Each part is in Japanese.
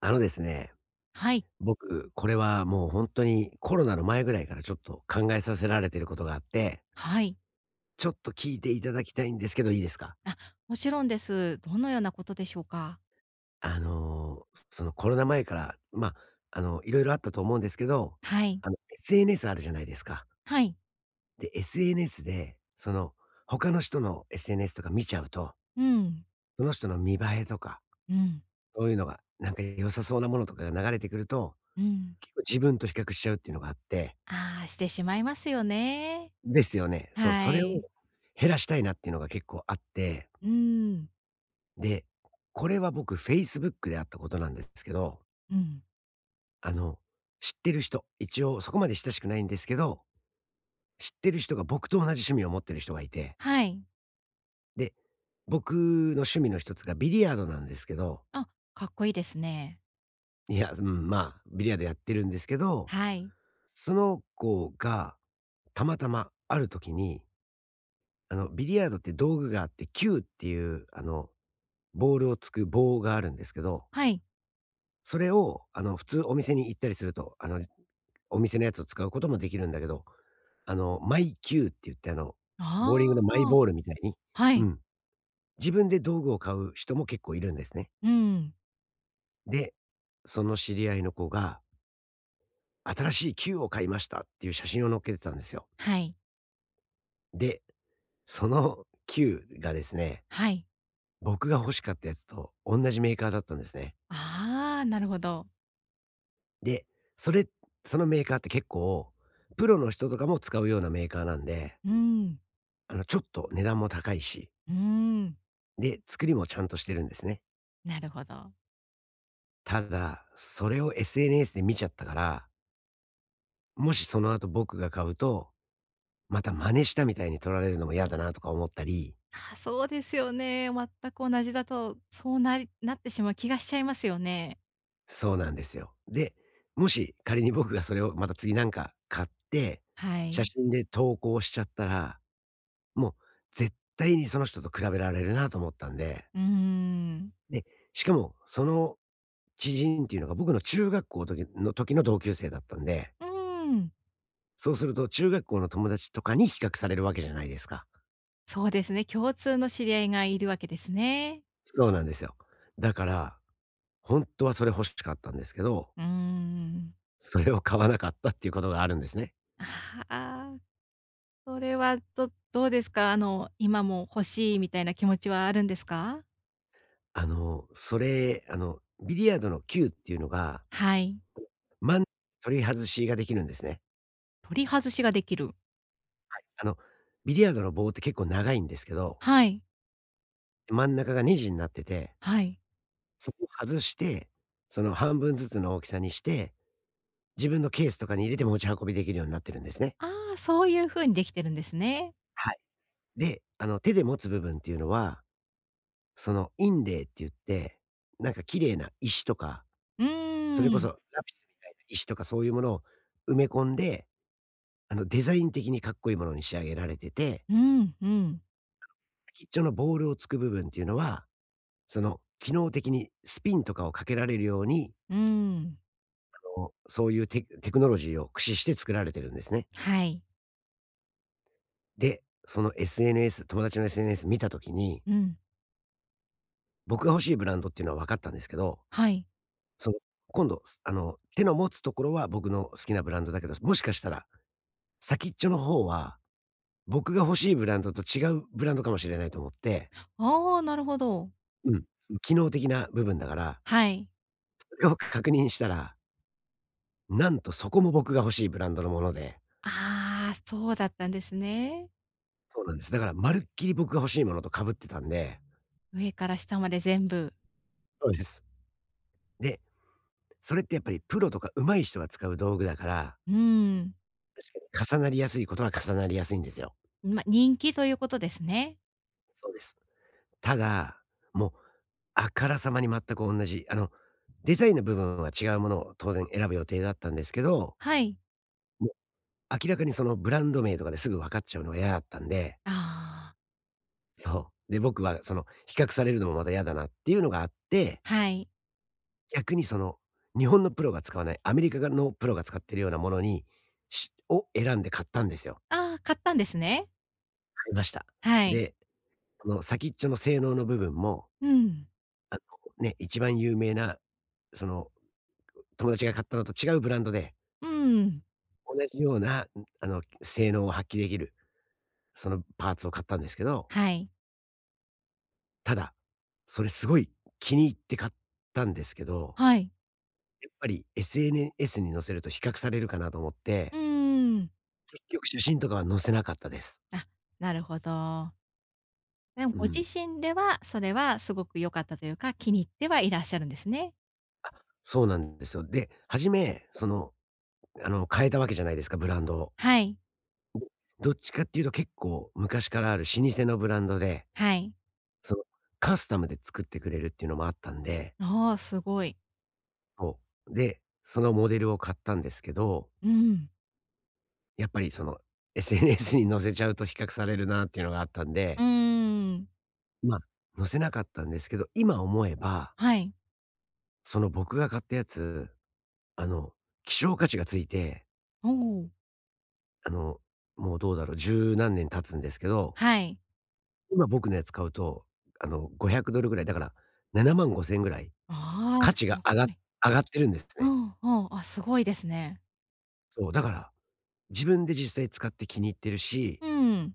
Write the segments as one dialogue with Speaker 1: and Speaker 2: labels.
Speaker 1: ですね、
Speaker 2: はい。
Speaker 1: 僕、これはもう本当にコロナの前ぐらいからちょっと考えさせられてることがあって、
Speaker 2: はい。
Speaker 1: ちょっと聞いていただきたいんですけど、いいですか？
Speaker 2: あ、もちろんです。どのようなことでしょうか？
Speaker 1: そのコロナ前から、いろいろあったと思うんですけど、
Speaker 2: はい。
Speaker 1: SNS あるじゃないですか。
Speaker 2: はい。
Speaker 1: で、SNS で、他の人の SNS とか見ちゃうと、
Speaker 2: うん。
Speaker 1: その人の見栄えとか、
Speaker 2: うん。
Speaker 1: そういうのが、なんか良さそうなものとかが流れてくると、
Speaker 2: うん。
Speaker 1: 結構自分と比較しちゃうっていうのがあって
Speaker 2: ああ、してしまいますよね。
Speaker 1: ですよね。そう、
Speaker 2: は
Speaker 1: それを
Speaker 2: い。
Speaker 1: 減らしたいなっていうのが結構あって、
Speaker 2: うん。
Speaker 1: で、これは僕フェイスブックであったことなんですけど、
Speaker 2: うん。
Speaker 1: あの、知ってる人、一応そこまで親しくないんですけど、知ってる人が僕と同じ趣味を持ってる人がいて、
Speaker 2: はい。
Speaker 1: で、僕の趣味の一つがビリヤードなんですけど、
Speaker 2: あ、かっこいいですね。
Speaker 1: いや、うん、まあ、ビリヤードやってるんですけど、
Speaker 2: はい。
Speaker 1: その子がたまたまある時に、ビリヤードって道具があって、球っていう、ボールをつく棒があるんですけど、
Speaker 2: はい。
Speaker 1: それを普通お店に行ったりすると、お店のやつを使うこともできるんだけど、マイキューって言ってボーリング
Speaker 2: あ
Speaker 1: のマイ
Speaker 2: あ、
Speaker 1: ボールみたいに、
Speaker 2: は
Speaker 1: う
Speaker 2: い。
Speaker 1: ん、自分で道具を買う人も結構いるんですね。
Speaker 2: うん。
Speaker 1: で、その知り合いの子が、新しいキューを買いましたっていう写真を載っけてたんですよ。
Speaker 2: はい。
Speaker 1: で、そのキューがですね、
Speaker 2: はい。
Speaker 1: 僕が欲しかったやつと同じメーカーだったんですね。
Speaker 2: ああ、なるほど。
Speaker 1: で、それそのメーカーって結構、プロの人とかも使うようなメーカーなんで、
Speaker 2: うん。
Speaker 1: ちょっと値段も高いし、
Speaker 2: うん。
Speaker 1: で、作りもちゃんとしてるんですね。
Speaker 2: なるほど。
Speaker 1: ただ、それを SNS で見ちゃったから、もしその後僕が買うと、また真似したみたいに取られるのも嫌だなとか思ったり、
Speaker 2: ああ、そうですよね。全く同じだと、そうなりなってしまう気がしちゃいますよね。
Speaker 1: そうなんですよ。で、もし仮に僕がそれをまた次なんか買って、
Speaker 2: は
Speaker 1: 写
Speaker 2: い。
Speaker 1: 真で投稿しちゃったら、もう絶対にその人と比べられるなと思ったんで
Speaker 2: うーん。
Speaker 1: で、しかも、その知人っていうのが僕の中学校の時の同級生だったんで、
Speaker 2: うーん。
Speaker 1: そうすると中学校の友達とかに比較されるわけじゃないですか。
Speaker 2: そうですね、共通の知り合いがいるわけですね。
Speaker 1: そうなんですよ。だから、ほんとはそれ欲しかったんですけど、
Speaker 2: うーん。
Speaker 1: それを買わなかったっていうことがあるんですね。
Speaker 2: ああ、それはうですか？あの、今も欲しいみたいな気持ちはあるんですか？
Speaker 1: それ、ビリヤードの球っていうのが、
Speaker 2: はい。
Speaker 1: 真ん取り外しができるんですね。
Speaker 2: 取り外しができる。
Speaker 1: あの、ビリヤードの棒って結構長いんですけど、
Speaker 2: はい。
Speaker 1: 真ん中がネジになってて
Speaker 2: はい。
Speaker 1: そこを外して、その半分ずつの大きさにして、自分のケースとかに入れて持ち運びできるようになってるんですね。
Speaker 2: ああ、そういう風にできてるんですね。
Speaker 1: はい。で、あの手で持つ部分っていうのは、その印泥って言って、なんか綺麗な石とか、
Speaker 2: うー
Speaker 1: それこ
Speaker 2: ん。
Speaker 1: そラピスみたいな石とかそういうものを埋め込んで、デザイン的にかっこいいものに仕上げられてて、
Speaker 2: うんうん。
Speaker 1: 先っちょのボールをつく部分っていうのは、その機能的にスピンとかをかけられるように、
Speaker 2: うーん。
Speaker 1: こうそういうテクノロジーを駆使して作られてるんですね。
Speaker 2: はい。
Speaker 1: で、その SNS、友達の SNS 見た時に、
Speaker 2: うん。
Speaker 1: 僕が欲しいブランドっていうのは分かったんですけど、
Speaker 2: はい。
Speaker 1: その、今度、すあの、手の持つところは僕の好きなブランドだけど、もしかしたら、先っちょの方は、僕が欲しいブランドと違うブランドかもしれないと思って、
Speaker 2: ああ、なるほど。
Speaker 1: うん、機能的な部分だから、
Speaker 2: はい。
Speaker 1: それを確認したら、なんとそこも僕が欲しいブランドのもので、
Speaker 2: ああ、そうだったんですね。
Speaker 1: そうなんです。だからまるっきり僕が欲しいものと被ってたんで
Speaker 2: 上から下まで全部。
Speaker 1: そうです。で、それってやっぱりプロとか上手い人が使う道具だから
Speaker 2: うーん。
Speaker 1: 確かに。重なりやすいことは重なりやすいんですよ。
Speaker 2: ま、人気ということですね。
Speaker 1: そうです。ただ、もう、あからさまに全く同じ、デザインの部分は違うものを当然選ぶ予定だったんですけど、
Speaker 2: はい。
Speaker 1: もう明らかにそのブランド名とかですぐ分かっちゃうのが嫌だったんで、
Speaker 2: ああ、
Speaker 1: そう。で、僕はその比較されるのもまた嫌だなっていうのがあって、
Speaker 2: はい。
Speaker 1: 逆にその日本のプロが使わない、アメリカのプロが使ってるようなものに、を選んで買ったんですよ。
Speaker 2: ああ、買ったんですね。
Speaker 1: 買いました。
Speaker 2: はい。
Speaker 1: で、その先っちょの性能の部分も
Speaker 2: うん。
Speaker 1: あの、ね、一番有名な、その、友達が買ったのと違うブランドで、
Speaker 2: うーん。
Speaker 1: 同じような、性能を発揮できる、そのパーツを買ったんですけど、
Speaker 2: はい。
Speaker 1: ただ、それすごい気に入って買ったんですけど、
Speaker 2: はい。
Speaker 1: やっぱり SNS に載せると比較されるかなと思っ
Speaker 2: う
Speaker 1: て、
Speaker 2: ーん。
Speaker 1: 結局写真とかは載せなかったです。
Speaker 2: あ、なるほど。でも
Speaker 1: う
Speaker 2: ご自
Speaker 1: ん。
Speaker 2: 身では、それはすごく良かったというか、気に入ってはいらっしゃるんですね。
Speaker 1: そうなんですよ。で、初め、変えたわけじゃないですか、ブランドを。
Speaker 2: はい。
Speaker 1: どっちかっていうと結構昔からある老舗のブランドで
Speaker 2: はい。
Speaker 1: その、カスタムで作ってくれるっていうのもあったんで、
Speaker 2: ああ、すごい。
Speaker 1: そう。で、そのモデルを買ったんですけど、
Speaker 2: うん。
Speaker 1: やっぱりその SNS に載せちゃうと比較されるなっていうのがあったん
Speaker 2: う
Speaker 1: で、
Speaker 2: ーん。
Speaker 1: まあ、載せなかったんですけど、今思えば、
Speaker 2: はい。
Speaker 1: その僕が買ったやつ、あの、希少価値がついて、
Speaker 2: おお。
Speaker 1: あの、もうどうだろう、十何年経つんですけど、
Speaker 2: はい。
Speaker 1: 今僕のやつ買うと、500ドルぐらい、だから7万5千ぐらい
Speaker 2: ああ、
Speaker 1: 価
Speaker 2: す
Speaker 1: 値が
Speaker 2: ごい。
Speaker 1: 上がってるんです
Speaker 2: う
Speaker 1: ね。
Speaker 2: ん、うん。あ、すごいですね。
Speaker 1: そう、だから自分で実際使って気に入ってるし、
Speaker 2: うん。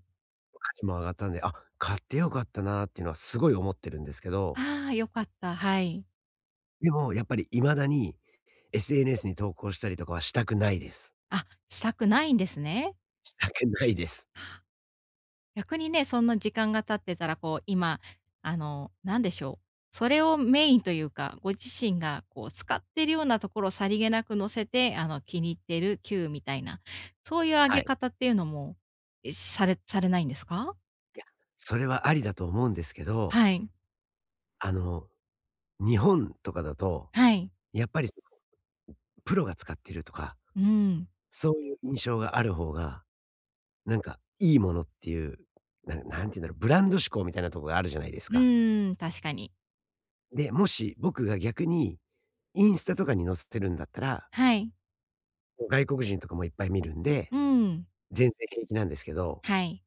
Speaker 1: 価値も上がったんで、あ、買ってよかったなっていうのはすごい思ってるんですけど、
Speaker 2: ああ、良かった。はい。
Speaker 1: でもやっぱり未だに SNS に投稿したりとかはしたくないです。
Speaker 2: あ、したくないんですね。
Speaker 1: したくないです。
Speaker 2: あ、逆にね、そんな時間が経ってたら、こう、今、なんでしょう。それをメインというか、ご自身がこう使ってるようなところをさりげなく載せて、気に入ってる Q みたいな、そういう上
Speaker 1: は
Speaker 2: げ
Speaker 1: い。
Speaker 2: 方っていうのも、え、されされないんですか？
Speaker 1: いや、それはありだと思うんですけど、
Speaker 2: はい。
Speaker 1: あの、日本とかだと、
Speaker 2: はい。
Speaker 1: やっぱりプロが使ってるとか、
Speaker 2: うん。
Speaker 1: そういう印象がある方が、なんかいいものっていう、なんていうんだろう、ブランド志向みたいなとこがあるじゃないですか。
Speaker 2: うん、確かに。
Speaker 1: で、もし僕が逆に、インスタとかに載せてるんだったら、
Speaker 2: はい。
Speaker 1: もう外国人とかもいっぱい見るんで、
Speaker 2: うん。
Speaker 1: 全然平気なんですけど、
Speaker 2: はい。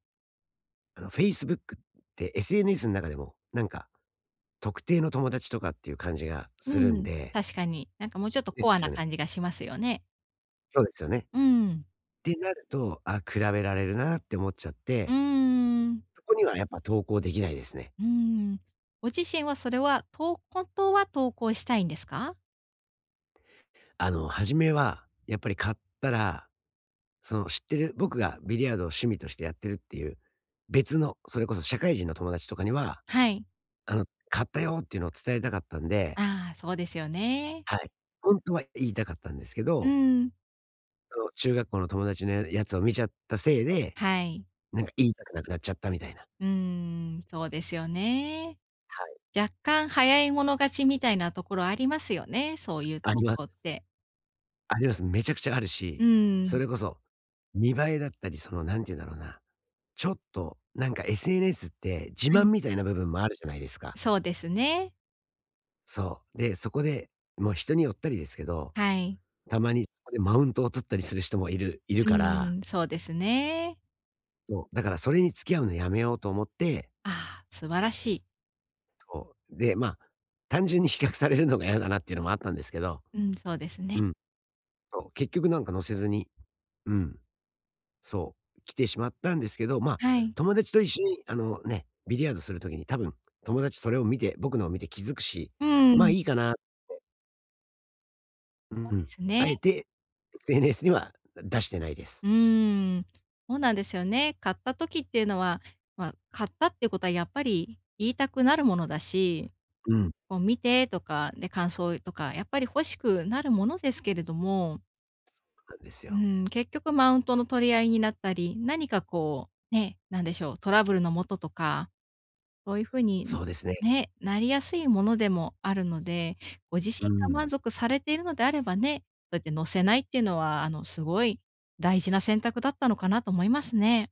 Speaker 1: Facebook って SNS の中でも、なんか、特定の友達とかっていう感じがする
Speaker 2: う
Speaker 1: ん
Speaker 2: ん。
Speaker 1: で
Speaker 2: 確かに。なんかもうちょっと
Speaker 1: で
Speaker 2: コア
Speaker 1: す
Speaker 2: な
Speaker 1: よね。
Speaker 2: 感じがしますよね。
Speaker 1: そうですよね。
Speaker 2: う
Speaker 1: っ
Speaker 2: ん。
Speaker 1: てなると、あ、比べられるなって思っちゃっ
Speaker 2: うー
Speaker 1: て、
Speaker 2: ん。
Speaker 1: そこにはやっぱ投稿できないですね。
Speaker 2: うーん。ご自身はそれは、本当は投稿したいんですか？
Speaker 1: 初めはやっぱり買ったら、その知ってる僕がビリヤードを趣味としてやってるっていう、別の、それこそ社会人の友達とかには
Speaker 2: はい。
Speaker 1: 買ったよっていうのを伝えたかったんで、
Speaker 2: ああ、そうですよね。
Speaker 1: はい。ほんとは言いたかったんですけ
Speaker 2: う
Speaker 1: ど、
Speaker 2: ん。
Speaker 1: その中学校の友達のやつを見ちゃったせいで、
Speaker 2: はい。
Speaker 1: なんか言いたくなくなっちゃったみたいな。
Speaker 2: うーん、そうですよね。
Speaker 1: はい、
Speaker 2: 若干早い者勝ちみたいなところありますよね、そういう
Speaker 1: あり
Speaker 2: 投
Speaker 1: ま
Speaker 2: 稿っ
Speaker 1: す。
Speaker 2: て。
Speaker 1: あります。めちゃくちゃある
Speaker 2: う
Speaker 1: し、
Speaker 2: ー
Speaker 1: そ
Speaker 2: ん。
Speaker 1: れこそ見栄えだったり、その何て言うんだろうな、ちょっとなんか SNS って自
Speaker 2: は
Speaker 1: 慢
Speaker 2: い。
Speaker 1: みたいな部分もあるじゃないですか。
Speaker 2: そうですね。
Speaker 1: そう。で、そこで、もう人によったりですけど、
Speaker 2: はい。
Speaker 1: たまにそこでマウントを取ったりする人もいる
Speaker 2: う
Speaker 1: から、
Speaker 2: ーん、そうですね。
Speaker 1: そう、だからそれに付き合うのやめようと思って。
Speaker 2: ああ、素晴らしい。
Speaker 1: そう。で、まあ、単純に比較されるのが嫌だなっていうのもあったんですけど、
Speaker 2: うん、そうですね。
Speaker 1: うん。そう、結局なんか乗せずに、うん、そう、来てしまったんですけど、まあ、
Speaker 2: はい。
Speaker 1: 友達と一緒にあのね、ビリヤードするときに多分、友達それを見て僕のを見て気づくし、
Speaker 2: うー
Speaker 1: まあ、
Speaker 2: ん、
Speaker 1: いいかな、う
Speaker 2: そうで
Speaker 1: ん。
Speaker 2: すね。
Speaker 1: あえて SNS には出してないです。
Speaker 2: うーん、そうなんですよね。買った時っていうのは、まあ、買ったっていうことはやっぱり言いたくなるものだし、
Speaker 1: うん。
Speaker 2: こう「見て」とか、で、感想とか、やっぱり欲しくなるものですけれども、
Speaker 1: なんです
Speaker 2: う
Speaker 1: よ。
Speaker 2: ん、結局マウントの取り合いになったり、何かこう、ね、なんでしょう、トラブルのもととか、そういう風
Speaker 1: そ
Speaker 2: に、
Speaker 1: うですね。
Speaker 2: ね、なりやすいものでもあるので、ご自
Speaker 1: う
Speaker 2: 身が
Speaker 1: ん。
Speaker 2: 満
Speaker 1: い
Speaker 2: 足されているのであればね、そうやって載せないっていうのは、すごい大事な選択だったのかなと思いますね。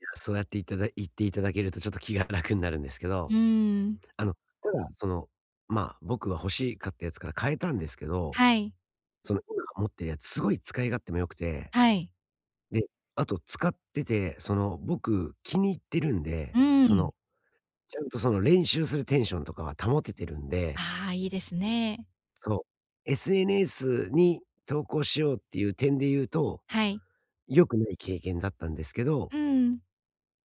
Speaker 1: や、そうやっていただ言っていただけるとちょっと気が楽になるんですけ
Speaker 2: う
Speaker 1: ど。
Speaker 2: ーん。
Speaker 1: あの、ただ、まあ、僕が欲しかったやつから変えたんですけど、
Speaker 2: はい。
Speaker 1: その、今持ってるやつすごい使い勝手も良くて、
Speaker 2: はい。
Speaker 1: で、あと使ってて、その、僕気に入ってるん
Speaker 2: う
Speaker 1: で、
Speaker 2: ー
Speaker 1: そ
Speaker 2: ん。
Speaker 1: の、ちゃんとその練習するテンションとかは保ててるんで、
Speaker 2: ああ、いいですね。
Speaker 1: そう、SNS に投稿しようっていう点で言うと、
Speaker 2: はい。
Speaker 1: 良くない経験だったんですけど、
Speaker 2: うん。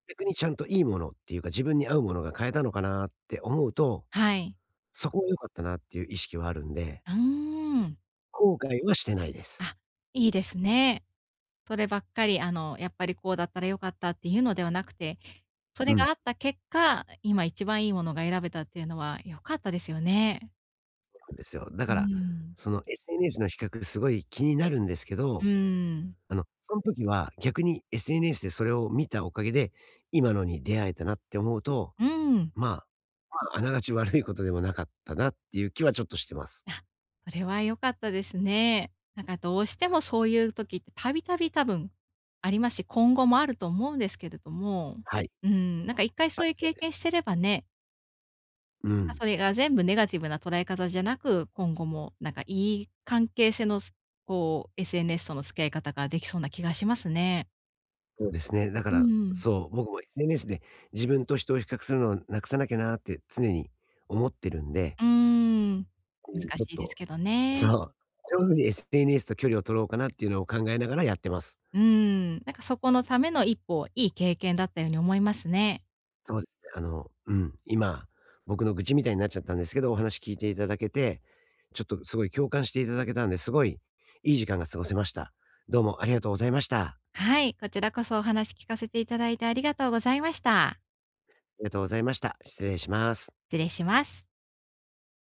Speaker 1: 逆にちゃんといいものっていうか、自分に合うものが変えたのかなって思うと、
Speaker 2: はい。
Speaker 1: そこは良かったなっていう意識はあるんで、
Speaker 2: うーん。
Speaker 1: 後悔はしてないです。
Speaker 2: あ、いいですね。そればっかり、やっぱりこうだったら良かったっていうのではなくて、そ
Speaker 1: う
Speaker 2: れ
Speaker 1: ん、
Speaker 2: が
Speaker 1: そ
Speaker 2: あった結果、今一番いいものが選べたっていうのは良かったですよね。
Speaker 1: うですよ。だ
Speaker 2: う
Speaker 1: か
Speaker 2: ー
Speaker 1: ら、
Speaker 2: ん。
Speaker 1: その SNS の比較すごい気になるんですけ
Speaker 2: う
Speaker 1: ど、
Speaker 2: ーん。
Speaker 1: あの、その時は逆に SNS でそれを見たおかげで、今のに出会えたなって思うと、
Speaker 2: うーん。
Speaker 1: まあ、まあ、あながち悪いことでもなかったなっていう気はちょっとしてます。
Speaker 2: あ、それは良かったですね。なんかどうしてもそういう時ってたびたび多分ありますし、今後もあると思うんですけれども、
Speaker 1: はい。
Speaker 2: うん、なんか一回
Speaker 1: は
Speaker 2: そ
Speaker 1: い、
Speaker 2: ういう
Speaker 1: そう
Speaker 2: 経
Speaker 1: で
Speaker 2: 験
Speaker 1: す。
Speaker 2: してればね、
Speaker 1: う
Speaker 2: まあ、
Speaker 1: ん。
Speaker 2: それが全部ネガティブな捉え方じゃなく、今後もなんかいい関係性のこう SNS との付き合い方ができそうな気がしますね。
Speaker 1: そうですね。だか
Speaker 2: う
Speaker 1: ら、
Speaker 2: ん。
Speaker 1: そう、僕も SNS で自分と人を比較するのをなくさなきゃなって常に思ってるんで、
Speaker 2: うーん。難
Speaker 1: ちょっ
Speaker 2: しいです
Speaker 1: と
Speaker 2: けど
Speaker 1: そ
Speaker 2: ね。
Speaker 1: う、上手に SNS と距離を取ろうかなっていうのを考えながらやってます。
Speaker 2: うん、なんかそこのための一歩、いい経験だったように思いますね。
Speaker 1: そうですね。あの、うん、今、僕の愚痴みたいになっちゃったんですけど、お話聞いていただけて、ちょっとすごい共感していただけたんで、すごいいい時間が過ごせました。どうもありがとうございました。
Speaker 2: はい、こちらこそお話聞かせていただいてありがとうございました。
Speaker 1: ありがとうございました。失礼します。
Speaker 2: 失礼します。